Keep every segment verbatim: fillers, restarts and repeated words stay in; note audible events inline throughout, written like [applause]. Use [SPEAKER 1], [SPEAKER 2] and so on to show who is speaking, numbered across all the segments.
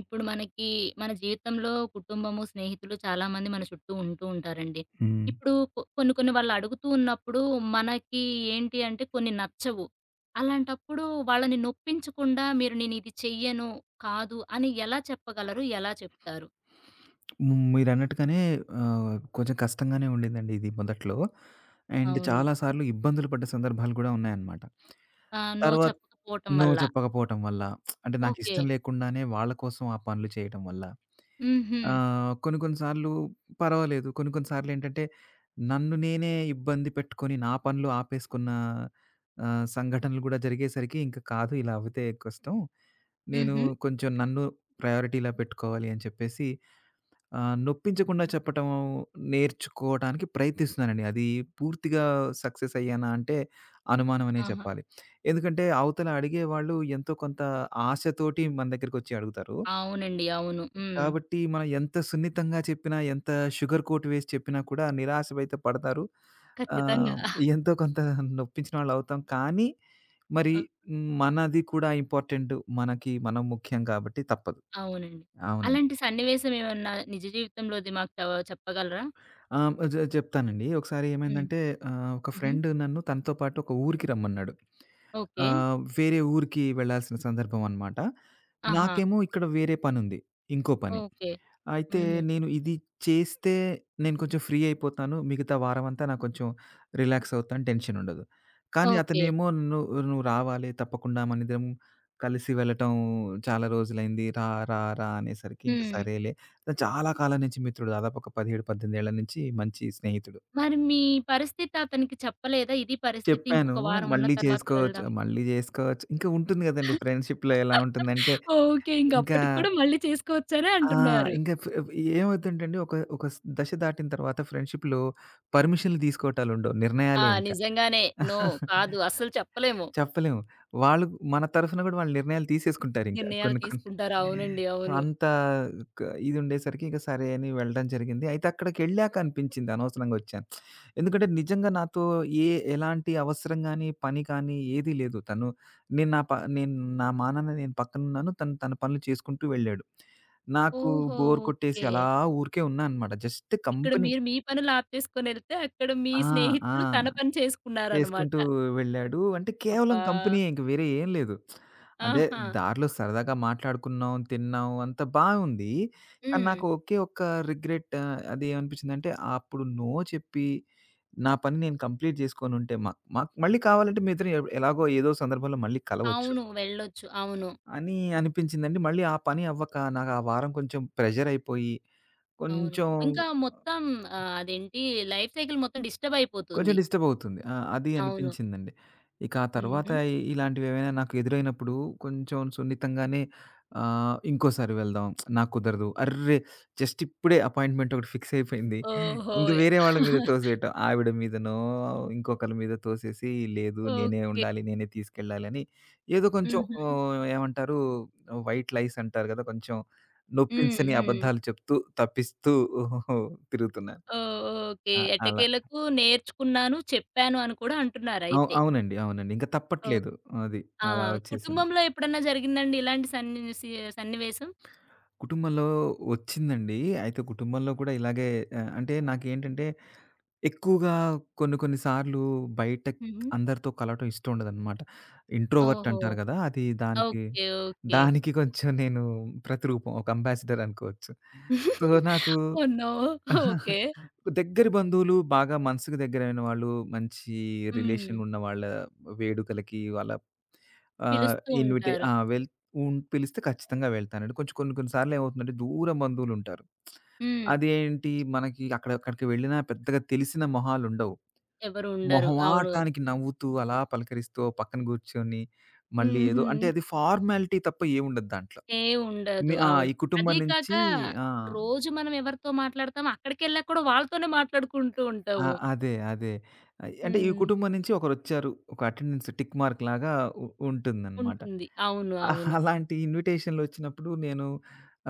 [SPEAKER 1] ఇప్పుడు మనకి మన జీవితంలో కుటుంబము, స్నేహితులు చాలామంది మన చుట్టూ ఉంటూ ఉంటారండి.
[SPEAKER 2] హ్మ్.
[SPEAKER 1] ఇప్పుడు కొ కొన్ని కొన్ని వాళ్ళు అడుగుతూ ఉన్నప్పుడు మనకి ఏంటి అంటే కొన్ని నచ్చవు. అలాంటప్పుడు వాళ్ళని నొప్పించకుండా మీరు నేను ఇది చెయ్యను, కాదు అని ఎలా చెప్పగలరు? ఎలా చెప్తారు?
[SPEAKER 2] హ్మ్. మీరన్నట్టుగానే ఆహ్, కొంచెం కష్టంగానే ఉండిందండి ఇది మొదట్లో. అండ్
[SPEAKER 1] అవును.
[SPEAKER 2] చాలా సార్లు ఇబ్బందులు పడ్డ సందర్భాలు కూడా ఉన్నాయన్నమాట.
[SPEAKER 1] ఆ! నో
[SPEAKER 2] తర్వాత
[SPEAKER 1] చెప్పకపోవటం
[SPEAKER 2] నో
[SPEAKER 1] వల్ల.
[SPEAKER 2] చెప్పకపోవటం వల్ల, అంటే
[SPEAKER 1] ఓకే.
[SPEAKER 2] నాకిష్టం లేకుండానే వాళ్ళ కోసం ఆ పనులు చేయటం వల్ల,
[SPEAKER 1] హుహు.
[SPEAKER 2] ఆహ్, కొన్ని కొన్ని సార్లు పర్వాలేదు. కొన్ని కొన్ని సార్లేంటంటే, నన్ను నేనే ఇబ్బంది పెట్టుకొని నా పనులు ఆపేసుకున్న ఆహ్, సంఘటనలు కూడా జరిగేసరికి ఇంక కాదు ఇలా అవ్వితే కష్టం. నేను
[SPEAKER 1] హుహు.
[SPEAKER 2] కొంచెం నన్ను ప్రయారిటీలా పెట్టుకోవాలి అని చెప్పేసి ఆహ్, నొప్పించకుండా చెప్పటం నేర్చుకోవటానికి ప్రయత్నిస్తున్నానండి. అది పూర్తిగా సక్సెస్ అయ్యానా అంటే అనుమానం అనే
[SPEAKER 1] ఆహా!
[SPEAKER 2] చెప్పాలి. ఎందుకంటే అవతల అడిగేవాళ్ళు ఎంతో కొంత ఆశతోటి మన దగ్గరికొచ్చి అడుగుతారు.
[SPEAKER 1] అవునండి. అవును. హ్మ్.
[SPEAKER 2] కాబట్టి మనం ఎంత సున్నితంగా చెప్పినా, ఎంత షుగర్ కోట్ వేసి చెప్పినా కూడా నిరాశవైతే పడతారు. ఆహ్,
[SPEAKER 1] ఖచ్చితంగా.
[SPEAKER 2] ఎంతో కొంత నొప్పించిన వాళ్ళవుతాం. కానీ మరి
[SPEAKER 1] ఆ!
[SPEAKER 2] మనది కూడా ఇంపార్టెంట్. మనకి మనం ముఖ్యం కాబట్టి తప్పదు.
[SPEAKER 1] అవునండి.
[SPEAKER 2] అవునండి.
[SPEAKER 1] అలాంటి సన్నివేశం ఏమన్నా నిజ జీవితంలోది మాకు చవ చెప్పగలరా?
[SPEAKER 2] ఆ! చె చెప్తానండి. ఒకసారి
[SPEAKER 1] హ్మ్.
[SPEAKER 2] ఏమైందంటే ఆహ్, ఒక
[SPEAKER 1] హుహు.
[SPEAKER 2] ఫ్రెండ్ నన్ను తనతో పాటు ఒక ఊరికి రమ్మన్నాడు.
[SPEAKER 1] ఓకే.
[SPEAKER 2] ఆహ్, వేరే ఊరికి వెళ్ళాల్సిన సందర్భం అనమాట.
[SPEAKER 1] ఆహా!
[SPEAKER 2] నాకేమో ఇక్కడ వేరే పనుంది. ఇంకో పని.
[SPEAKER 1] ఓకే.
[SPEAKER 2] అయితే
[SPEAKER 1] హుహు.
[SPEAKER 2] నేను ఇది చేస్తే నేను కొంచెం ఫ్రీ అయిపోతాను. మిగతా వారమంతా నాకు కొంచెం రిలాక్స్ అవుతాను. టెన్షన్ ఉండదు. కానీ
[SPEAKER 1] ఓకే.
[SPEAKER 2] అతనేమో "నువ్వు నువ్వు రావాలి తప్పకుండా మనిద్దరం కలిసి వెళ్ళటం చాలా రోజులైంది. రా, రా, రా" అనేసరికి ఇంక
[SPEAKER 1] హ్మ్.
[SPEAKER 2] సరేలే. చాలా కాలం నుంచి మిత్రుడు దాదాపు ఒక పదిహేడు, పద్దెనిమిది ఏళ్ల నుంచి మంచి స్నేహితుడు.
[SPEAKER 1] మరి మీ పరిస్థితి అతనికి చెప్పలేదా? ఇది పరిస్థితి
[SPEAKER 2] చెప్పాను.
[SPEAKER 1] ఇంకొక వారం ఉన్న
[SPEAKER 2] మళ్ళీ
[SPEAKER 1] తర్వాత
[SPEAKER 2] చేసుకోవచ్చు,
[SPEAKER 1] వెళ్దాం.
[SPEAKER 2] మళ్ళీ చేసుకోవచ్చు. ఇంకా ఉంటుంది గదండీ ఫ్రెండ్‌షిప్‌లో ఎలా ఉంటుందంటే,
[SPEAKER 1] ఓకే. ఇంక
[SPEAKER 2] ఇంకా
[SPEAKER 1] అప్పటికి కూడా మళ్ళీ చేసుకోవచ్చనే
[SPEAKER 2] ఆ!
[SPEAKER 1] అంటున్నారు.
[SPEAKER 2] ఇంకా ఫ్ ఏమవుతుందంటే ఒక ఒక స్ దశ దాటిన తర్వాత ఫ్రెండ్‌షిప్‌లో పర్మిషన్‌లు తీసుకోవటాలుండవు.
[SPEAKER 1] ఆ!
[SPEAKER 2] నిర్ణయాలే ఇంకా.
[SPEAKER 1] నిజంగానే. నో. కాదు. అస్సలు చెప్పలేము.
[SPEAKER 2] చెప్పలేము. వాళ్ళు మన తరఫున గూడా వాళ్ళు నిర్ణయాలు తీసేసుకుంటారింక
[SPEAKER 1] నిర్ణయాలు
[SPEAKER 2] కొన్ని కొన్ని.
[SPEAKER 1] తీసుకుంటారు. అవునండి. అవును.
[SPEAKER 2] అంత క ఇదుండేసరికి ఇక సరే అని వెళ్ళడం జరిగింది. అయితే అక్కడికెళ్ళాక అనిపించింది అనవసరంగా ఒచ్చాను. ఎందుకంటే నిజంగా నాతో ఏ ఎలాంటి అవసరం గాని, పని కానీ ఏదీ లేదు. తను నేను నా ప నేను నా మానాన నేను పక్కనున్నాను. తను తన పనులు చేసుకుంటూ వెళ్ళాడు. నాకు
[SPEAKER 1] ఓహో!
[SPEAKER 2] బోర్ కొట్టేసి
[SPEAKER 1] ఓకే.
[SPEAKER 2] అలా ఊరికే ఉన్నా అనమాట. జస్ట్
[SPEAKER 1] ఇక్కడ
[SPEAKER 2] కంపెనీ
[SPEAKER 1] మీరు మీ పనులు ఆపేసుకొనెళ్తే, అక్కడ మీ
[SPEAKER 2] ఆ! ఆ!
[SPEAKER 1] స్నేహితులు తన పని చేసుకున్నారనమాట.
[SPEAKER 2] చేసుకుంటూ వెళ్ళాడు. అంటే కేవలం
[SPEAKER 1] అబ్బా!
[SPEAKER 2] కంపెనీయే ఇంక వేరే ఏం లేదు. అంటే
[SPEAKER 1] ఆహా!
[SPEAKER 2] దారిలో సరదాగా మాట్లాడుకున్నాం, తిన్నాం అంతా బావుంది. కానీ
[SPEAKER 1] హ్మ్.
[SPEAKER 2] నాకు ఒకే ఒక్క రిగ్రెట్ ఆహ్, అదేమనిపించిందంటే అప్పుడు నో చెప్పి నా పని నేను కంప్లీట్ చేసుకొనుంటే మ మాకు మళ్ళీ కావాలంటే మీ ఇద్దరం ఎ ఎలాగో ఏదో సందర్భంలో మళ్ళీ కలవచ్చు
[SPEAKER 1] అవును. వెళ్ళొచ్చు. అవును.
[SPEAKER 2] అని అనిపించిందండి. మళ్ళీ ఆ పని అవ్వక నాకు ఆ వారం కొంచెం ప్రెషర్ అయిపోయి
[SPEAKER 1] అవును.
[SPEAKER 2] కొంచెం
[SPEAKER 1] ఇంకా మొత్తం ఆహ్, అదేంటి లైఫ్ సైకిల్ మొత్తం డిస్టర్బ్
[SPEAKER 2] కొంచెం
[SPEAKER 1] అయిపోతుంది.
[SPEAKER 2] డిస్టర్బవుతుంది. ఆ! అది
[SPEAKER 1] అవును.
[SPEAKER 2] అనిపించిందండి. ఇక ఆ తర్వాత
[SPEAKER 1] హుహు.
[SPEAKER 2] ఇ ఇలాంటివేవైనా నాకు ఎదురైనప్పుడు కొంచెం సున్నితంగానే ఆహ్, ఇంకోసారి వెళ్దాం నాకు కుదరదు. అర్రె! జస్ట్ ఇప్పుడే అపాయింట్‌మెంట్ ఒకటి ఫిక్స్ అయిపోయింది.
[SPEAKER 1] ఓహో!
[SPEAKER 2] ఇంక వేరే వాళ్ళ మీద
[SPEAKER 1] [laughs]
[SPEAKER 2] తోసేయటం. ఆవిడ మీదనో, ఇంకొకళ్ళ మీద తోసేసి లేదు నేనే
[SPEAKER 1] ఓకే.
[SPEAKER 2] ఉండాలి, నేనే తీసుకెళ్ళాలని ఏదో కొంచెం
[SPEAKER 1] హుహు.
[SPEAKER 2] ఆహ్, ఏమంటారు వైట్ లైస్ అంటారు కదా! కొంచెం
[SPEAKER 1] హ్మ్.
[SPEAKER 2] నొప్పించని
[SPEAKER 1] హ్మ్.
[SPEAKER 2] అబద్ధాలు చెప్తూ, తప్పిస్తూ [laughs] తిరుగుతున్నాను.
[SPEAKER 1] ఓహ్! ఓకే.
[SPEAKER 2] ఆ! అలా.
[SPEAKER 1] ఎట్టకేలకు నేర్చుకున్నాను, చెప్పాను అని కూడా
[SPEAKER 2] అవు
[SPEAKER 1] అంటున్నారయితే.
[SPEAKER 2] అవునండి. అవునండి. ఇంక
[SPEAKER 1] ఓహ్!
[SPEAKER 2] తప్పట్లేదు. అది.
[SPEAKER 1] ఆ!
[SPEAKER 2] అలా వచ్చేసింది.
[SPEAKER 1] కుటుంబంలో ఎప్పుడన్నా జరిగిందండి ఇలాంటి సన్ని సి సన్నివేశం?
[SPEAKER 2] కుటుంబంలో వచ్చిందండి. అయితే కుటుంబంలో కూడా ఇలాగే ఆహ్, అంటే నాకేంటంటే ఎక్కువగా కొన్ని కొన్ని సార్లు బయట
[SPEAKER 1] హుహు.
[SPEAKER 2] అందరితో కలవటం ఇష్టం ఉండదనమాట. ఇంట్రోవర్ట్
[SPEAKER 1] ఓహో!
[SPEAKER 2] అంటారు కదా! అది దానికి,
[SPEAKER 1] ఓకే. ఓకే.
[SPEAKER 2] దానికి కొంచెం నేను ప్రతిరూపం. ఒక అంబాసిడర్ అనుకోవచ్చు. సో
[SPEAKER 1] [laughs]
[SPEAKER 2] నాకు
[SPEAKER 1] ఓహ్! నో! ఓకే.
[SPEAKER 2] దగ్గరి బంధువులు బాగా మనసుకు దగ్గరైన వాళ్ళు, మంచి
[SPEAKER 1] హ్మ్.
[SPEAKER 2] రిలేషన్ ఉన్న వాళ్ళ వేడుకలకి వాళ్ళ ఆహ్,
[SPEAKER 1] పిలుస్తూ
[SPEAKER 2] ఇన్విటే
[SPEAKER 1] ఉంటారు.
[SPEAKER 2] ఆ! వెల్ ఉన్ పిలిస్తే ఖచ్చితంగా వెళ్తానండి. కొంచెం కొన్ని కొన్ని సార్లు ఏమవుతుందంటే దూరం బంధువులుంటారు.
[SPEAKER 1] హ్మ్.
[SPEAKER 2] అదేంటి మనకి అక్కడ అక్కడికి వెళ్ళినా పెద్దగా తెలిసిన మొహాలుండవు.
[SPEAKER 1] ఎవరు ఉండరు. అవును.
[SPEAKER 2] మొహమాటానికి నవ్వుతూ అలా పలకరిస్తూ ఓ పక్కన కూర్చొని మళ్ళీ ఏదో
[SPEAKER 1] హుహు.
[SPEAKER 2] అంటే అది ఫార్మాలిటీ తప్ప ఏముండదు దాంట్లో.
[SPEAKER 1] ఏ
[SPEAKER 2] మీ
[SPEAKER 1] ఉండదు.
[SPEAKER 2] ఆ!
[SPEAKER 1] అవును.
[SPEAKER 2] ఈ కుటుంబం
[SPEAKER 1] అదీ కాక
[SPEAKER 2] నుంచి ఆ!
[SPEAKER 1] రోజు మనం ఎవరితో మాట్లాడతామో అక్కడికెళ్ళాక కూడా వాళ్ళతోనే మాట్లాడుకుంటూ
[SPEAKER 2] ఆ!
[SPEAKER 1] ఉంటాము.
[SPEAKER 2] అదే. అదే. ఆహ్, అంటే ఈ
[SPEAKER 1] హ్మ్.
[SPEAKER 2] కుటుంబం నుంచి ఒకరొచ్చారు. ఒక అటెండెన్స్ టిక్ మార్క్ లాగా ఉ ఉంటుందనమాట.
[SPEAKER 1] ఉంటుంది. అవును.
[SPEAKER 2] అహ్,
[SPEAKER 1] అవును.
[SPEAKER 2] అలాంటి ఇన్విటేషన్‌లొచ్చినప్పుడు నేను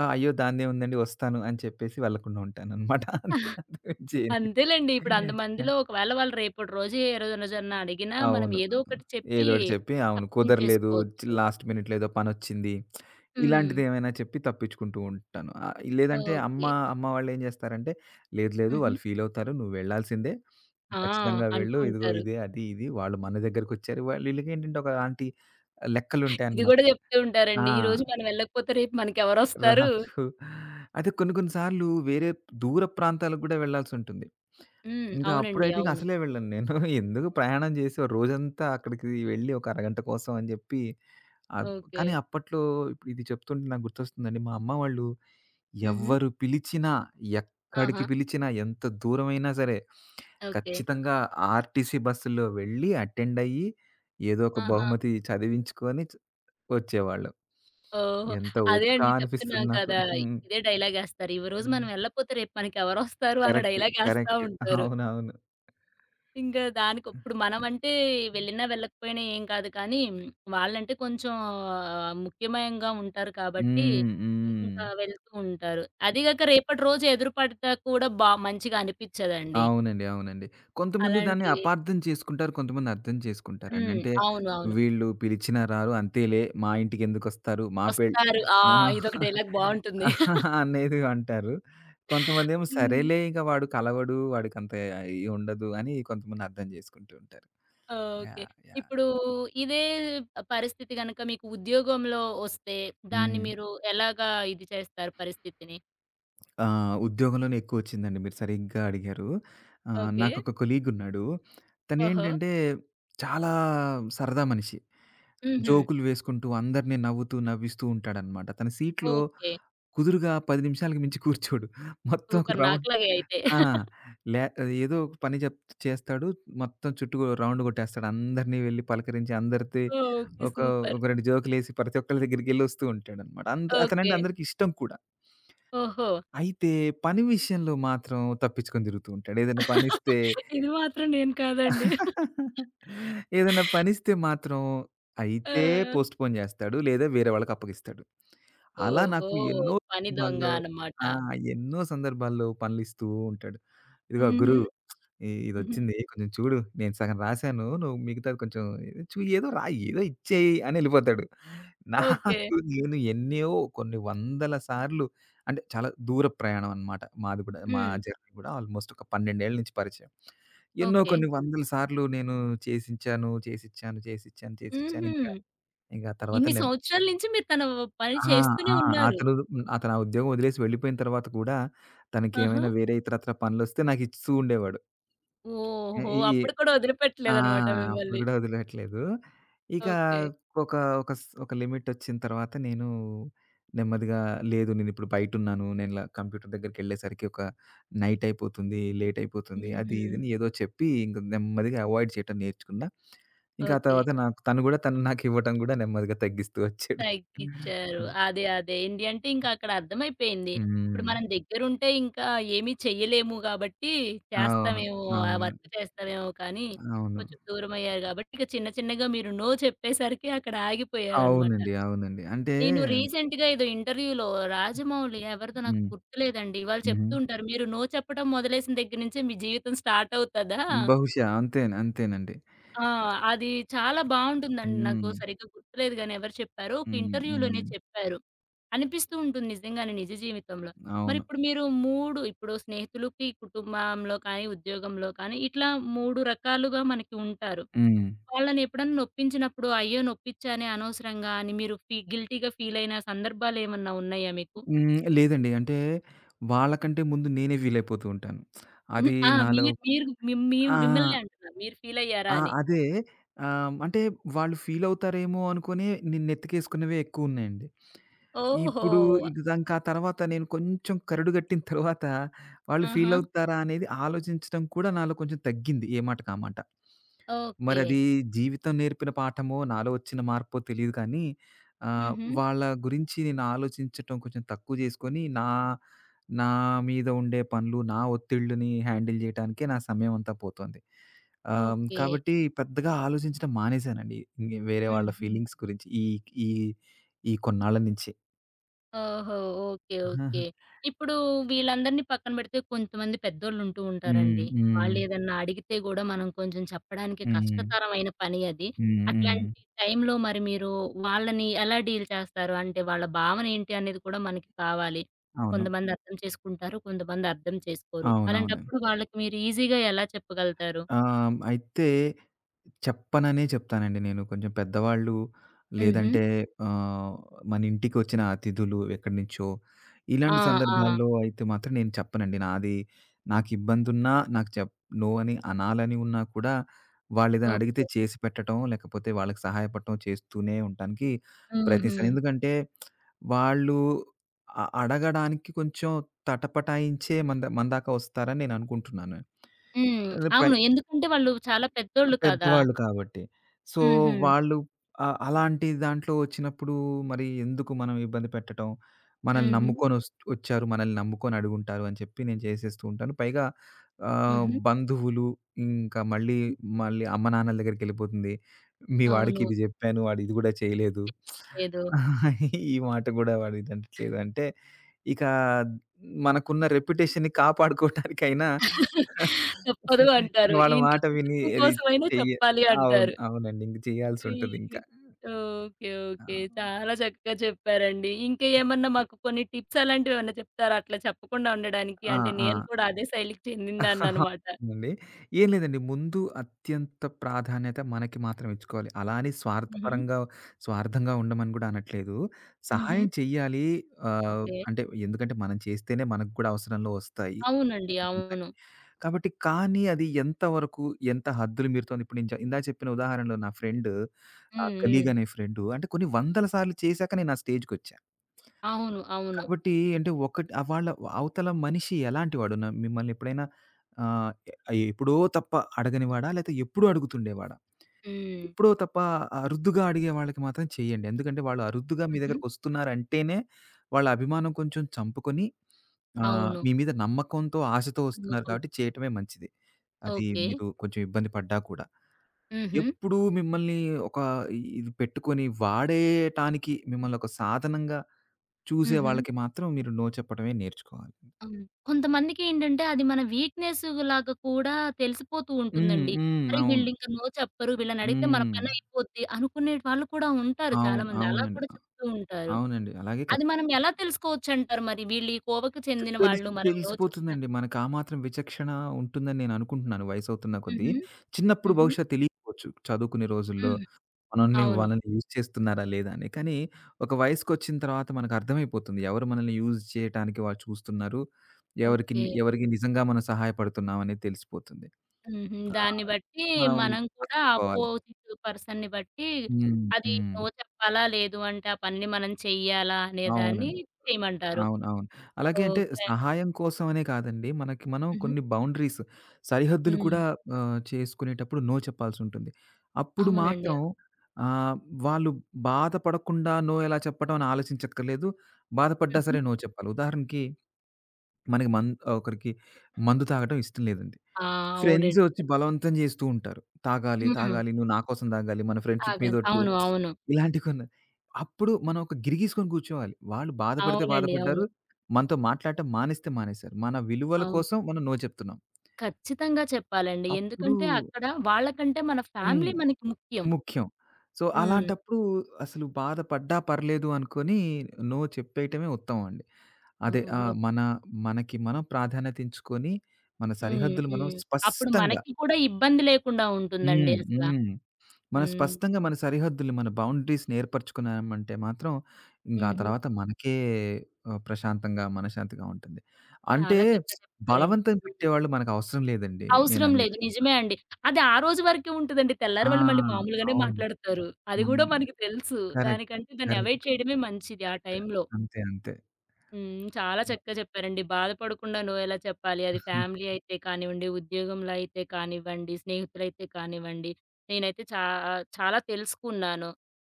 [SPEAKER 2] ఆహ్, అయ్యో! దానిదేముందండి వస్తాను అని చెప్పేసి వెళ్ళకుండా ఉంటాననమాట. అంతే అంతకు మించి ఏం
[SPEAKER 1] అంతేలెండి. ఇప్పుడు
[SPEAKER 2] లేదు.
[SPEAKER 1] అంతమందిలో ఒకవేళ వాళ్ళు రేపటి రోజు ఏ రోజున అడిగినా మనం
[SPEAKER 2] అవును.
[SPEAKER 1] ఏదో ఒకటి చెప్పి
[SPEAKER 2] ఏదోకటి చెప్పి అవును. కుదరలేదు. చి
[SPEAKER 1] తప్పించేసుకోవచ్చు.
[SPEAKER 2] లాస్ట్ మినిట్‌లో ఏదో పనొచ్చింది.
[SPEAKER 1] హ్మ్.
[SPEAKER 2] ఇలాంటిదేమైనా చెప్పి తప్పించుకుంటూ ఉంటాను. ఆహ్, లేదంటే అమ్మ,
[SPEAKER 1] ఓకే.
[SPEAKER 2] అమ్మ వాళ్ళేం జేస్తారంటే, లేదు లేదు
[SPEAKER 1] హుహు.
[SPEAKER 2] వాళ్ళు ఫీలవుతారు. నువ్వు వెళ్ళాల్సిందే.
[SPEAKER 1] ఆ!
[SPEAKER 2] ఖచ్చితంగా
[SPEAKER 1] అంటూ
[SPEAKER 2] వెళ్ళు. ఇదిగో
[SPEAKER 1] ఉంటారు.
[SPEAKER 2] ఇదే అది ఇది. వాళ్ళు మన దగ్గరకొచ్చారు. వాళ్ళీళ్ళకేంటంటే ఒక ఆంటీ
[SPEAKER 1] ఇది
[SPEAKER 2] లెక్కలుంటాయన్నమాట.
[SPEAKER 1] గూడా చెప్తూ
[SPEAKER 2] ఆ!
[SPEAKER 1] ఉంటారండి. ఈరోజు మనం వెళ్ళకపోతే రేపు మనకెవరొస్తారు?
[SPEAKER 2] రారు. అయితే కొన్ని కొన్ని సార్లు వేరే దూర ప్రాంతాలకు గూడా వెళ్ళాల్సుంటుంది.
[SPEAKER 1] హ్మ్.
[SPEAKER 2] ఇంకా
[SPEAKER 1] అవునండి.
[SPEAKER 2] అప్పుడైతే ఇంక
[SPEAKER 1] అవును.
[SPEAKER 2] అసలే వెళ్ళను నేను. [laughs] ఎందుకు ప్రయాణం చేసి ఓ రోజంతా అక్కడికి వెళ్ళి ఒక అరగంట కోసం అని జెప్పి ఆహ్,
[SPEAKER 1] ఓకే.
[SPEAKER 2] కానీ అప్పట్లో ఇప్పుడు ఇది చెప్తుంటే నాకు గుర్తొస్తుందండి. మా అమ్మ వాళ్ళు
[SPEAKER 1] హుహు.
[SPEAKER 2] ఎవ్వరు పిలిచినా, ఎక్కడికి
[SPEAKER 1] ఆహా!
[SPEAKER 2] పిలిచినా, ఎంత దూరమైనా సరే
[SPEAKER 1] ఓకే.
[SPEAKER 2] ఖచ్చితంగా ఆర్టీసీ బస్సుల్లో వెళ్ళి అటెండ్ అయ్యి, ఏదో ఒక
[SPEAKER 1] ఆహా!
[SPEAKER 2] బహుమతి చదివించుకొని చ్ వచ్చేవాళ్ళు.
[SPEAKER 1] ఓహో!
[SPEAKER 2] ఎంత
[SPEAKER 1] అదే
[SPEAKER 2] ఓపిక
[SPEAKER 1] అండి
[SPEAKER 2] అనిపిస్తుంది
[SPEAKER 1] చెప్తున్నాం
[SPEAKER 2] నాకు.
[SPEAKER 1] కదా!
[SPEAKER 2] హ్మ్.
[SPEAKER 1] ఇదే డైలాగేస్తారు. ఈ రోజు
[SPEAKER 2] హ్మ్.
[SPEAKER 1] మనం ఎళ్ళపోతే రేపు మనకెవరొస్తారు అన్న
[SPEAKER 2] కరెక్ట్.
[SPEAKER 1] డైలాగేస్తా
[SPEAKER 2] కరెక్ట్.
[SPEAKER 1] ఉంటారు.
[SPEAKER 2] అవునవును.
[SPEAKER 1] ఇంకా దానికి ఇప్పుడు మనమంటే వెళ్ళినా వెళ్ళకపోయినా ఏం కాదు కానీ, వాళ్ళంటే కొంచెం ఆహ్, ముఖ్యమయంగా ఉంటారు కాబట్టి,
[SPEAKER 2] హ్మ్. హ్మ్.
[SPEAKER 1] ఇంకా వెళ్తూ ఉంటారు. అదీగాక రేపటి రోజు ఎదురుపడితే కూడా బా మంచిగా అనిపిచ్చదండి.
[SPEAKER 2] అవునండి. అవునండి. కొంతమంది దాన్ని
[SPEAKER 1] అలాంటివి
[SPEAKER 2] అపార్థం చేసుకుంటారు. కొంతమంది అర్థం చేసుకుంటారండి.
[SPEAKER 1] హ్మ్.
[SPEAKER 2] అంటే
[SPEAKER 1] అవును. అవును.
[SPEAKER 2] వీళ్ళు పిలిచినా రారు. అంతేలే మా ఇంటికెందుకొస్తారు. మా పెళ్
[SPEAKER 1] వస్తారు. ఆ!
[SPEAKER 2] ఆ!
[SPEAKER 1] ఇదొక డైలాగ్ బావుంటుంది.
[SPEAKER 2] [laughs] అనేది అంటారు. కొంతమందేమో
[SPEAKER 1] హ్మ్.
[SPEAKER 2] సరేలే ఇక వాడు కలవడు. వాడికంత ఉండదు అని కొంతమంది అర్థం చేసుకుంటూ ఉంటారు.
[SPEAKER 1] ఓకే.
[SPEAKER 2] యాహ్! యాహ్!
[SPEAKER 1] ఇప్పుడు ఇదే పరిస్థితి గనక మీకు ఉద్యోగంలో వస్తే దాన్ని
[SPEAKER 2] హ్మ్.
[SPEAKER 1] మీరు ఎలాగా ఇది చేస్తారు పరిస్థితిని?
[SPEAKER 2] ఆ! ఉద్యోగంలోనే ఎక్కువొచ్చిందండి. మీరు సరిగ్గా అడిగారు. ఆహ్,
[SPEAKER 1] ఓకే.
[SPEAKER 2] నాకొక కొలీగున్నాడు.
[SPEAKER 1] ఓహో!
[SPEAKER 2] తనేంటంటే చాలా సరదా మనిషి.
[SPEAKER 1] హుహు.
[SPEAKER 2] జోకులు వేసుకుంటూ అందరిని నవ్వుతూ, నవ్విస్తూ ఉంటాడనమాట. తన సీట్‌లో
[SPEAKER 1] ఓకే.
[SPEAKER 2] కుదురుగా పది నిమిషాలకు మించి కూర్చోడు. మొత్తం ఒక
[SPEAKER 1] సూపర్
[SPEAKER 2] రౌండ్
[SPEAKER 1] నాకులాగే అయితే.
[SPEAKER 2] ఆ! లే ఏదో ఒక పని చెప్ చేస్తాడు. మొత్తం చుట్టూ రౌండ్ కొట్టేస్తాడు. అందరిని వెళ్లి పలకరించి అందరితో
[SPEAKER 1] ఓకే.
[SPEAKER 2] ఒక,
[SPEAKER 1] సూపర్.
[SPEAKER 2] ఒక రెండు జోకులేసి ప్రతి ఒక్కళ్ళ దగ్గరికెళ్లి వస్తూ ఉంటాడనమాట. అంత
[SPEAKER 1] ఓకే.
[SPEAKER 2] అతనంటే అందరికి ఇష్టం కూడా.
[SPEAKER 1] ఓహో!
[SPEAKER 2] అయితే పని విషయంలో మాత్రం తప్పించుకొని తిరుగుతూ ఉంటాడు. ఏదైనా పనిస్తే
[SPEAKER 1] ఇది మాత్రం నేను కాదండి.
[SPEAKER 2] [laughs] ఏదైనా పనిస్తే మాత్రం
[SPEAKER 1] ఆ!
[SPEAKER 2] అయితే పోస్ట్‌పోన్ జేస్తాడు. లేదా వేరే వాళ్ళకి అప్పగిస్తాడు. అలా
[SPEAKER 1] ఓహో!
[SPEAKER 2] నాకు ఎన్నో
[SPEAKER 1] పని దొంగ
[SPEAKER 2] సందర్భాల్లో
[SPEAKER 1] అన్నమాట.
[SPEAKER 2] ఆ! ఎన్నో సందర్భాల్లో పనులిస్తూ ఉంటాడు. ఇదిగో
[SPEAKER 1] హుహు.
[SPEAKER 2] గురువు ఇ
[SPEAKER 1] హుహు.
[SPEAKER 2] ఇదొచ్చింది కొంచెం చూడు. నేను సగం రాసాను. నువ్వు మిగతాది కొంచెం చు ఏదో రాయి, ఏదో ఇచ్చేయి అని ఎళ్ళిపోతాడు.
[SPEAKER 1] ఓకే.
[SPEAKER 2] నాకు [laughs] నేను ఎన్నో కొన్ని వందల సార్లు అంటే చాలా దూర ప్రయాణం అన్నమాట. మాది కూడా మా
[SPEAKER 1] హ్మ్.
[SPEAKER 2] జర్నీ కూడా ఆల్మోస్ట్ ఒక పన్నెండు ఏళ్ల నుంచి పరిచయం. ఎన్నో
[SPEAKER 1] ఓకే.
[SPEAKER 2] కొన్ని వందల సార్లు నేను చేసిచ్చాను, చేసిచ్చాను, చేసిచ్చాను, చేసిచ్చాను.
[SPEAKER 1] హుహు.
[SPEAKER 2] ఇంకా ఇంక తర్వాత
[SPEAKER 1] ఇన్ని
[SPEAKER 2] నెమ్
[SPEAKER 1] సంవత్సరాల నుంచి మీరు తన పని
[SPEAKER 2] ఆ!
[SPEAKER 1] చేస్తూనే
[SPEAKER 2] ఆ!
[SPEAKER 1] ఉన్నారు.
[SPEAKER 2] అతను అతను ఆ ఉద్యోగం వదిలేసి వెళ్ళిపోయిన తర్వాత కూడా
[SPEAKER 1] ఆహా!
[SPEAKER 2] తనకేమైనా వేరే ఇతరత్ర పనులొస్తే నాకు ఇస్తూ ఉండేవాడు. ఆహ్,
[SPEAKER 1] ఓహో!
[SPEAKER 2] ఈ
[SPEAKER 1] అప్పుడు కూడా
[SPEAKER 2] ఆ!
[SPEAKER 1] వదిలిపెట్టలేదనమాట
[SPEAKER 2] అప్పుడు
[SPEAKER 1] మిమ్మల్ని.
[SPEAKER 2] గూడా వదిలేయట్లేదు. ఇక
[SPEAKER 1] ఓకే.
[SPEAKER 2] ఒక ఒక స్ ఒక లిమిటొచ్చిన తర్వాత నేను నెమ్మదిగా లేదు నేనిప్పుడు బయటున్నాను. నేను ఇలా కంప్యూటర్ దగ్గరికెళ్ళేసరికి ఒక నైట్ అయిపోతుంది. లేట్ అయిపోతుంది. అది
[SPEAKER 1] హుహు.
[SPEAKER 2] ఇదని ఏదో చెప్పి ఇంక నెమ్మదిగా అవాయిడ్ చేయటం నేర్చుకున్నా. ఇంకా ఆ
[SPEAKER 1] ఓకే.
[SPEAKER 2] తర్వాత నాకు తను గూడా తను నాకివ్వటం గూడా నెమ్మదిగా తగ్గిస్తూ వచ్చాడు.
[SPEAKER 1] తగ్గిచ్చారు. అదే. అదే. ఏంటి అంటే ఇంకా అక్కడ అర్థమైపోయింది. ఇప్పుడు
[SPEAKER 2] హ్మ్.
[SPEAKER 1] మనం దగ్గరుంటే ఇంకా ఏమీ చెయ్యలేము గాబట్టి
[SPEAKER 2] అవును.
[SPEAKER 1] చేస్తామేమో, ఆ
[SPEAKER 2] అవును.
[SPEAKER 1] వర్క్ చేస్తామేమో కానీ,
[SPEAKER 2] అవును.
[SPEAKER 1] కొంచెం దూరమయ్యారు గాబట్టి ఇక చిన్న చిన్నగా మీరు నో చెప్పేసరికి అక్కడ ఆగిపోయారనమాట.
[SPEAKER 2] అవునండి. అవునండి. అంటే
[SPEAKER 1] నేను రీసెంట్‌గా ఏదో ఇంటర్వ్యూలో రాజమౌళి ఎవరిదో నాకు
[SPEAKER 2] హ్మ్.
[SPEAKER 1] గుర్తులేదండి. వాళ్ళు
[SPEAKER 2] హుహు.
[SPEAKER 1] చెప్తూ ఉంటారు. మీరు నో చెప్పడం మొదలేసిన దగ్గర నుంచే మీ జీవితం స్టార్ట్ అవుతదా?
[SPEAKER 2] బహుశా అంతే అంతేనండి.
[SPEAKER 1] ఆ! అది చాలా బావుంటుందండి. నాకు
[SPEAKER 2] హ్మ్.
[SPEAKER 1] సరిగ్గా గుర్తులేదు గానీ ఎవరు చెప్పారో, ఒక
[SPEAKER 2] హ్మ్.
[SPEAKER 1] ఇంటర్వ్యూలోనే
[SPEAKER 2] హ్మ్.
[SPEAKER 1] చెప్పారు. అనిపిస్తూ ఉంటుంది నిజంగానే నిజ జీవితంలో.
[SPEAKER 2] అవును.
[SPEAKER 1] మరిప్పుడు మీరు మూడు ఇప్పుడు స్నేహితులకి, కుటుంబంలో కానీ, ఉద్యోగంలో కానీ ఇట్లా మూడు రకాలుగా మనకి ఉంటారు.
[SPEAKER 2] హ్మ్.
[SPEAKER 1] వాళ్ళని ఎప్పుడన్నా నొప్పించినప్పుడు, అయ్యో! నొప్పిచ్చానే అనవసరంగా అని మీరు ఫీ గిల్టీ‌గా ఫీలయిన సందర్భాలేమన్నా ఉన్నాయా మీకు?
[SPEAKER 2] హ్మ్. లేదండి. అంటే వాళ్ళకంటే ముందు నేనే ఫీల్ అయిపోతూ ఉంటాను.
[SPEAKER 1] హ్మ్.
[SPEAKER 2] అది
[SPEAKER 1] ఆ!
[SPEAKER 2] నాలో
[SPEAKER 1] మీరు మీరు మి మీ
[SPEAKER 2] ఆ!
[SPEAKER 1] మిమ్మల్నే అంటున్నా. మీరు ఫీలయ్యారా
[SPEAKER 2] ఆ!
[SPEAKER 1] అని?
[SPEAKER 2] అదే ఆహ్, అంటే వాళ్ళు ఫీల్ అవుతారేమో అనుకుని నేనెత్తికేసుకున్నవే ఎక్కువున్నాయండి.
[SPEAKER 1] ఓహో!
[SPEAKER 2] ఇప్పుడు ఇది ఇంక ఆ తర్వాత నేను కొంచెం కరడు గట్టిన తర్వాత వాళ్ళు
[SPEAKER 1] ఆహా!
[SPEAKER 2] ఫీల్ అవుతారా అనేది ఆలోచించడం కూడా నాలో కొంచెం తగ్గింది. ఏ మాటకి ఆ మాట.
[SPEAKER 1] ఓకే.
[SPEAKER 2] మరది జీవితం నేర్పిన పాఠమో, నాలో వచ్చిన మార్పో తెలీదు కానీ, ఆహ్,
[SPEAKER 1] హుహు.
[SPEAKER 2] వాళ్ళ గురించి నేను ఆలోచించటం కొంచెం తక్కువ జేసుకొని, నా నా మీద ఉండే పనులు, నా ఒత్తిళ్ళని హ్యాండిల్ జేయటానికే నా సమయం అంతా పోతోంది. ఆహ్,
[SPEAKER 1] ఓకే.
[SPEAKER 2] కాబట్టి పెద్దగా ఆలోచించడం మానేశానండి. ఇంగే వేరే వాళ్ళ
[SPEAKER 1] హుహు.
[SPEAKER 2] ఫీలింగ్స్ గురించి ఈ ఈ ఈ కొన్నాళ్ళ నుంచి.
[SPEAKER 1] ఓహో! ఓకే.
[SPEAKER 2] [laughs]
[SPEAKER 1] ఓకే. ఇప్పుడు వీళ్ళందరిని పక్కన పెడితే కొంతమంది పెద్దోళ్ళుంటూ
[SPEAKER 2] హ్మ్.
[SPEAKER 1] ఉంటారండి.
[SPEAKER 2] హ్మ్.
[SPEAKER 1] వాళ్ళేదన్నా అడిగితే గూడా మనం కొంచెం చెప్పడానికి
[SPEAKER 2] హ్మ్.
[SPEAKER 1] కష్టతరమైన పని అది.
[SPEAKER 2] హ్మ్. హ్మ్.
[SPEAKER 1] అట్లాంటి టైంలో మరి మీరు వాళ్ళని ఎలా డీల్ చేస్తారు? అంటే వాళ్ళ భావన ఏంటి అనేది కూడా మనకి కావాలి.
[SPEAKER 2] అవును.
[SPEAKER 1] కొంతమంది అర్థం చేసుకుంటారు. కొంతమంది అర్థం చేసుకోరు.
[SPEAKER 2] అవునవును.
[SPEAKER 1] అలాంటప్పుడు వాళ్ళకి మీరు ఈజీగా ఎలా చెప్పగలుగుతారు?
[SPEAKER 2] ఆ! అయితే చెప్పననే చెప్తానండి నేను. కొంచెం పెద్దవాళ్ళు
[SPEAKER 1] హుహు.
[SPEAKER 2] లేదంటే ఆహ్, మన ఇంటికొచ్చిన అతిథులు ఎక్కడి నుంచో,
[SPEAKER 1] ఆ!
[SPEAKER 2] ఇలాంటి
[SPEAKER 1] ఆ!
[SPEAKER 2] సందర్భాల్లో అయితే మాత్రం నేను చెప్పనండి. నాది నాకిబ్బందున్నా నాకు చెప్ నో అని అనాలని ఉన్నా కూడా వాళ్ళేదైనా అడిగితే
[SPEAKER 1] ఓకే.
[SPEAKER 2] చేసి పెట్టటం, లేకపోతే వాళ్ళకి సహాయపడటం చేస్తూనే ఉండటానికి
[SPEAKER 1] హుహు.
[SPEAKER 2] ప్రయత్నిస్తాను. ఎందుకంటే వాళ్ళు అ అడగడానికి కొంచెం తటపటాయించే మన ద మన దాకా వస్తారని నేను అనుకుంటున్నాను.
[SPEAKER 1] హ్మ్.
[SPEAKER 2] అదే పై
[SPEAKER 1] అవును. ఎందుకంటే వాళ్ళు చాలా పెద్దోళ్ళు కదా!
[SPEAKER 2] పెద్దవాళ్ళు కాబట్టి. సో,
[SPEAKER 1] హుహు.
[SPEAKER 2] వాళ్ళు ఆహ్, అలాంటి దాంట్లో వచ్చినప్పుడు మరి ఎందుకు మనం ఇబ్బంది పెట్టటం? మనల్ని
[SPEAKER 1] హుహు.
[SPEAKER 2] నమ్ముకొని ఒస్ వచ్చారు. మనల్ని నమ్ముకొని అడుగుంటారు అని చెప్పి నేను చేసేస్తూ ఉంటాను. పైగా ఆహ్,
[SPEAKER 1] హుహు.
[SPEAKER 2] బంధువులు ఇంకా మళ్ళీ, మళ్ళీ అమ్మ నాన్నల దగ్గరికెళ్ళిపోతుంది. మీ వాడికి
[SPEAKER 1] అవును.
[SPEAKER 2] ఇది జెప్పాను. వాడు ఇది గూడా చేయలేదు.
[SPEAKER 1] ఏదో
[SPEAKER 2] [laughs] ఈ మాట గూడా వాడు ఇది అనట్లేదు. అంటే ఇక మనకున్న రెప్యుటేషన్‌ని కాపాడుకోవటానికైనా [laughs]
[SPEAKER 1] తప్పదు
[SPEAKER 2] ఇక
[SPEAKER 1] అంటారు.
[SPEAKER 2] వాళ్ళ
[SPEAKER 1] ఇంట్లో
[SPEAKER 2] మాట విని
[SPEAKER 1] కుటుంబం
[SPEAKER 2] అది
[SPEAKER 1] కోసమైనా
[SPEAKER 2] చెయ్య
[SPEAKER 1] చెప్పాలి
[SPEAKER 2] అవును.
[SPEAKER 1] అంటారు.
[SPEAKER 2] అవునండి. ఇంక
[SPEAKER 1] ఈ
[SPEAKER 2] చేయాల్సుంటదింక.
[SPEAKER 1] ఓకే.
[SPEAKER 2] ఆ!
[SPEAKER 1] ఓకే. చాలా చక్కగా చెప్పారండి. ఇంకా ఏమన్నా మాకు కొన్ని టిప్స్ అలాంటివి ఏమన్నా చెప్తారా? అట్లా చెప్పకుండా ఉండడానికి
[SPEAKER 2] ఆ!
[SPEAKER 1] అంటే
[SPEAKER 2] ఆ!
[SPEAKER 1] నేను కూడా అదే శైలికి చెందిందాన్ననమాట.
[SPEAKER 2] అవునండి. ఏం లేదండి. ముందు అత్యంత ప్రాధాన్యత మనకి మాత్రం ఇచ్చుకోవాలి. అలా అని
[SPEAKER 1] హుహు.
[SPEAKER 2] స్వార్థపరంగా స్వార్థంగా ఉండమని గూడా అనట్లేదు.
[SPEAKER 1] హుహు.
[SPEAKER 2] సహాయం చెయ్యాలి. ఆహ్,
[SPEAKER 1] ఓకే.
[SPEAKER 2] అంటే ఎందుకంటే మనం చేస్తేనే మనకు కూడా అవసరంలో వస్తాయి.
[SPEAKER 1] అవునండి.
[SPEAKER 2] ఉంటాయి.
[SPEAKER 1] అవును.
[SPEAKER 2] కాబట్టి కానీ అది ఎంత వరకు, ఎంత హద్దులు మీరుతోంది. ఇప్పుడు నేను చె ఇందాక చెప్పిన ఉదాహరణలో నా ఫ్రెండ్ ఆహ్,
[SPEAKER 1] హ్మ్. హ్మ్.
[SPEAKER 2] కలీగ్ అనే ఫ్రెండు అంటే కొన్ని వందల సార్లు చేశాక నేను ఆ స్టేజ్‌కొచ్చా.
[SPEAKER 1] అవును. అవును.
[SPEAKER 2] కాబట్టి అంటే ఒకటి ఆ వాళ్ళ అవతల మనిషి ఎలాంటివాడు? న మిమ్మల్ని ఎప్పుడైనా ఆహ్, ఎ ఎప్పుడో తప్ప అడగనివాడా? లేతే ఎప్పుడూ అడుగుతుండేవాడా?
[SPEAKER 1] హ్మ్.
[SPEAKER 2] ఎప్పుడో తప్ప అరుదుగా అడిగే వాళ్ళకి మాత్రం చేయండి. ఎందుకంటే వాళ్ళు అరుదుగా మీ
[SPEAKER 1] హుహు.
[SPEAKER 2] దగ్గరకొస్తున్నారంటేనే వాళ్ళ అభిమానం కొంచెం చంపుకొని ఆహ్,
[SPEAKER 1] అవును.
[SPEAKER 2] మీ మీద నమ్మకంతో, ఆశతో వస్తున్నారు
[SPEAKER 1] నమ్మకం.
[SPEAKER 2] కాబట్టి చేయటమే మంచిది. అది
[SPEAKER 1] ఓకే.
[SPEAKER 2] మీరు కొంచెం ఇబ్బంది పడ్డా కూడా.
[SPEAKER 1] హుహు.
[SPEAKER 2] ఎప్పుడూ మిమ్మల్ని ఒక ఇది పెట్టుకొని వాడేటానికి మిమ్మల్ని ఒక సాధనంగా చూసే
[SPEAKER 1] హుహు.
[SPEAKER 2] వాళ్ళకి మాత్రం మీరు నో చెప్పడమే నేర్చుకోవాలి.
[SPEAKER 1] అవును. కొంతమందికేంటంటే అది మన వీక్‌నెస్ లాగా కూడా తెలిసిపోతూ
[SPEAKER 2] హ్మ్.
[SPEAKER 1] ఉంటుందండి.
[SPEAKER 2] హ్మ్.
[SPEAKER 1] అరే!
[SPEAKER 2] అవును.
[SPEAKER 1] వీళ్ళింక నో చెప్పరు. వీళ్ళనడిగితే మన
[SPEAKER 2] హ్మ్.
[SPEAKER 1] పనయిపోద్ది అనుకునే వాళ్ళు కూడా ఉంటారు
[SPEAKER 2] అవును.
[SPEAKER 1] చాలామంది. అలా
[SPEAKER 2] అవునండి.
[SPEAKER 1] కూడా
[SPEAKER 2] అ
[SPEAKER 1] చెప్తూ ఉంటారు.
[SPEAKER 2] అవునండి. అలాగే
[SPEAKER 1] అది
[SPEAKER 2] ఖచ్చి
[SPEAKER 1] మనం ఎలా తెలుసుకోవచ్చంటారు మరి? వీళ్ళు ఈ కోవకి చెందిన
[SPEAKER 2] తెలిసి
[SPEAKER 1] వాళ్ళు మనం నో చెప్పిన
[SPEAKER 2] తెలిసిపోతుందండి. మనకు ఆ మాత్రం విచక్షణ ఉంటుందని నేను అనుకుంటున్నాను వయసవుతున్న కొద్దీ.
[SPEAKER 1] హుహు.
[SPEAKER 2] చిన్నప్పుడు
[SPEAKER 1] హుహు.
[SPEAKER 2] బహుశా తెలియకపోవచ్చు. చదువుకునే రోజుల్లో
[SPEAKER 1] హ్మ్.
[SPEAKER 2] మనల్ని
[SPEAKER 1] అవును.
[SPEAKER 2] వాళ్ళని యూజ్ చేస్తున్నారా లేదా అని. కానీ ఒక వయసుకొచ్చిన తర్వాత మనకు అర్థమైపోతుంది. ఎవరు మనల్ని యూజ్ చేయటానికి వాళ్ళు చూస్తున్నారు. ఎవరికి
[SPEAKER 1] ఓకే.
[SPEAKER 2] ఎవరికి నిజంగా మనం సహాయపడుతున్నాం అనేది తెలిసిపోతుంది.
[SPEAKER 1] హుహు.
[SPEAKER 2] ఆ!
[SPEAKER 1] దాన్ని బట్టి
[SPEAKER 2] మనం
[SPEAKER 1] మనం కూడా
[SPEAKER 2] [unintelligible]
[SPEAKER 1] అపోజిట్ పర్సన్‌ని బట్టి
[SPEAKER 2] హ్మ్.
[SPEAKER 1] అది
[SPEAKER 2] హ్మ్.
[SPEAKER 1] నో చెప్పాలా? లేదు అంటే ఆ పనిని మనం చెయ్యాలా? అనే దాన్ని
[SPEAKER 2] అవునండి.
[SPEAKER 1] చేయమంటారు.
[SPEAKER 2] అవును. అవును. అలాగే అంటే
[SPEAKER 1] ఓకే.
[SPEAKER 2] సహాయం కోసమనే కాదండి. మనకి మనం
[SPEAKER 1] హుహు.
[SPEAKER 2] కొన్ని బౌండరీస్, సరిహద్దులు కూడా
[SPEAKER 1] హ్మ్.
[SPEAKER 2] ఆహ్, చేసుకునేటప్పుడు నో చెప్పాల్సుంటుంది. అప్పుడు
[SPEAKER 1] అవునండి.
[SPEAKER 2] మాత్రం ఆహ్, వాళ్ళు బాధపడకుండా నో ఎలా చెప్పడం అని ఆలోచించక్కర్లేదు. బాధపడ్డా
[SPEAKER 1] హుహు.
[SPEAKER 2] సరే నో చెప్పాలి. ఉదాహరణకి మనకి మన్ ఒకరికి మందు తాగడం ఇష్టం లేదండి.
[SPEAKER 1] ఆ!
[SPEAKER 2] ఫ్రెండ్స్
[SPEAKER 1] అవునండి.
[SPEAKER 2] వచ్చి బలవంతం చేస్తూ ఉంటారు. తాగాలి,
[SPEAKER 1] హ్మ్.
[SPEAKER 2] తాగాలి. నువ్వు నా కోసం తాగాలి. మన ఫ్రెండ్‌షిప్
[SPEAKER 1] ఆగాలి.
[SPEAKER 2] మీదొట్టు.
[SPEAKER 1] అవును. అవును.
[SPEAKER 2] ఇలాంటివి కొన్ని. అప్పుడు మనం ఒక గిరిగీసుకొని కూర్చోవాలి. వాళ్ళు బాధపడితే
[SPEAKER 1] అవునండి. అవును.
[SPEAKER 2] బాధపడ్డారు. మనతో మాట్లాడటం మానేస్తే మానేసారు. మన విలువల
[SPEAKER 1] అవును.
[SPEAKER 2] కోసం మనం నో చెప్తున్నాం.
[SPEAKER 1] ఖచ్చితంగా చెప్పాలండి.
[SPEAKER 2] అప్పుడు
[SPEAKER 1] ఎందుకంటే అక్కడ వాళ్ళకంటే మన
[SPEAKER 2] హ్మ్.
[SPEAKER 1] ఫ్యామిలీ మనకి ముఖ్యం.
[SPEAKER 2] ముఖ్యం. సో,
[SPEAKER 1] హ్మ్.
[SPEAKER 2] అలాంటప్పుడు అసలు బాధపడ్డా పర్లేదు అనుకోని నో చెప్పేయటమే ఉత్తమం అండి. అదే
[SPEAKER 1] ఓహో!
[SPEAKER 2] ఆహ్, మన మనకి మనం ప్రాధాన్యత ఇచ్చుకొని మన
[SPEAKER 1] హ్మ్.
[SPEAKER 2] సరిహద్దులు మనం
[SPEAKER 1] హ్మ్. అప్పుడు
[SPEAKER 2] స్పష్టంగా
[SPEAKER 1] మనకి కూడా ఇబ్బంది లేకుండా ఉంటుందండి
[SPEAKER 2] హ్మ్.
[SPEAKER 1] అసల.
[SPEAKER 2] హ్మ్. మనం
[SPEAKER 1] హ్మ్.
[SPEAKER 2] స్పష్టంగా మన సరిహద్దులు, మన బౌండరీస్‌ని ఏర్పరచుకున్నామంటే మాత్రం, ఇంక ఆ
[SPEAKER 1] హుహు.
[SPEAKER 2] తర్వాత మనకే ఆహ్, ప్రశాంతంగా, మనశ్శాంతిగా ఉంటుంది. అంటే
[SPEAKER 1] చాలా చక్కగా చెప్పారండి.
[SPEAKER 2] బలవంతం
[SPEAKER 1] హ్మ్.
[SPEAKER 2] పెట్టేవాళ్ళు మనకవసరం లేదండి
[SPEAKER 1] అవసరం
[SPEAKER 2] నేననేది.
[SPEAKER 1] లేదు. నిజమే అండి. అది ఆ రోజు వరకే ఉంటదండి.
[SPEAKER 2] ఆ!
[SPEAKER 1] తెల్లారి వాళ్ళు మళ్ళీ మామూలుగానే
[SPEAKER 2] అవును.
[SPEAKER 1] మాట్లాడతారు. అది గూడా
[SPEAKER 2] హ్మ్.
[SPEAKER 1] మనకి తెలుసు.
[SPEAKER 2] కరెక్ట్.
[SPEAKER 1] దానికంటే దాన్ని అవాయిడ్
[SPEAKER 2] కరెక్ట్.
[SPEAKER 1] చేయడమే మంచిది ఆ
[SPEAKER 2] కరెక్ట్.
[SPEAKER 1] టైంలో.
[SPEAKER 2] అంతే. అంతే.
[SPEAKER 1] హ్మ్. చాలా చక్కగా చెప్పారండి. బాధపడకుండా నో ఎలా చెప్పాలి. అది
[SPEAKER 2] [laughs]
[SPEAKER 1] ఫ్యామిలీ అయితే కానివ్వండి, ఉద్యోగంలో అయితే కానివ్వండి, స్నేహితులైతే కానివ్వండి. నేనైతే చా చాలా తెలుసుకున్నాను.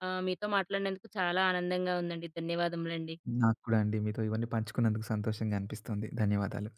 [SPEAKER 1] ఆహ్, మీతో మాట్లాడినందుకు చాలా ఆనందంగా ఉందండి. ధన్యవాదములండి.
[SPEAKER 2] నాకు కూడా అండి మీతో ఇవన్నీ పంచుకున్నందుకు సంతోషంగా అనిపిస్తుంది. ధన్యవాదాలు.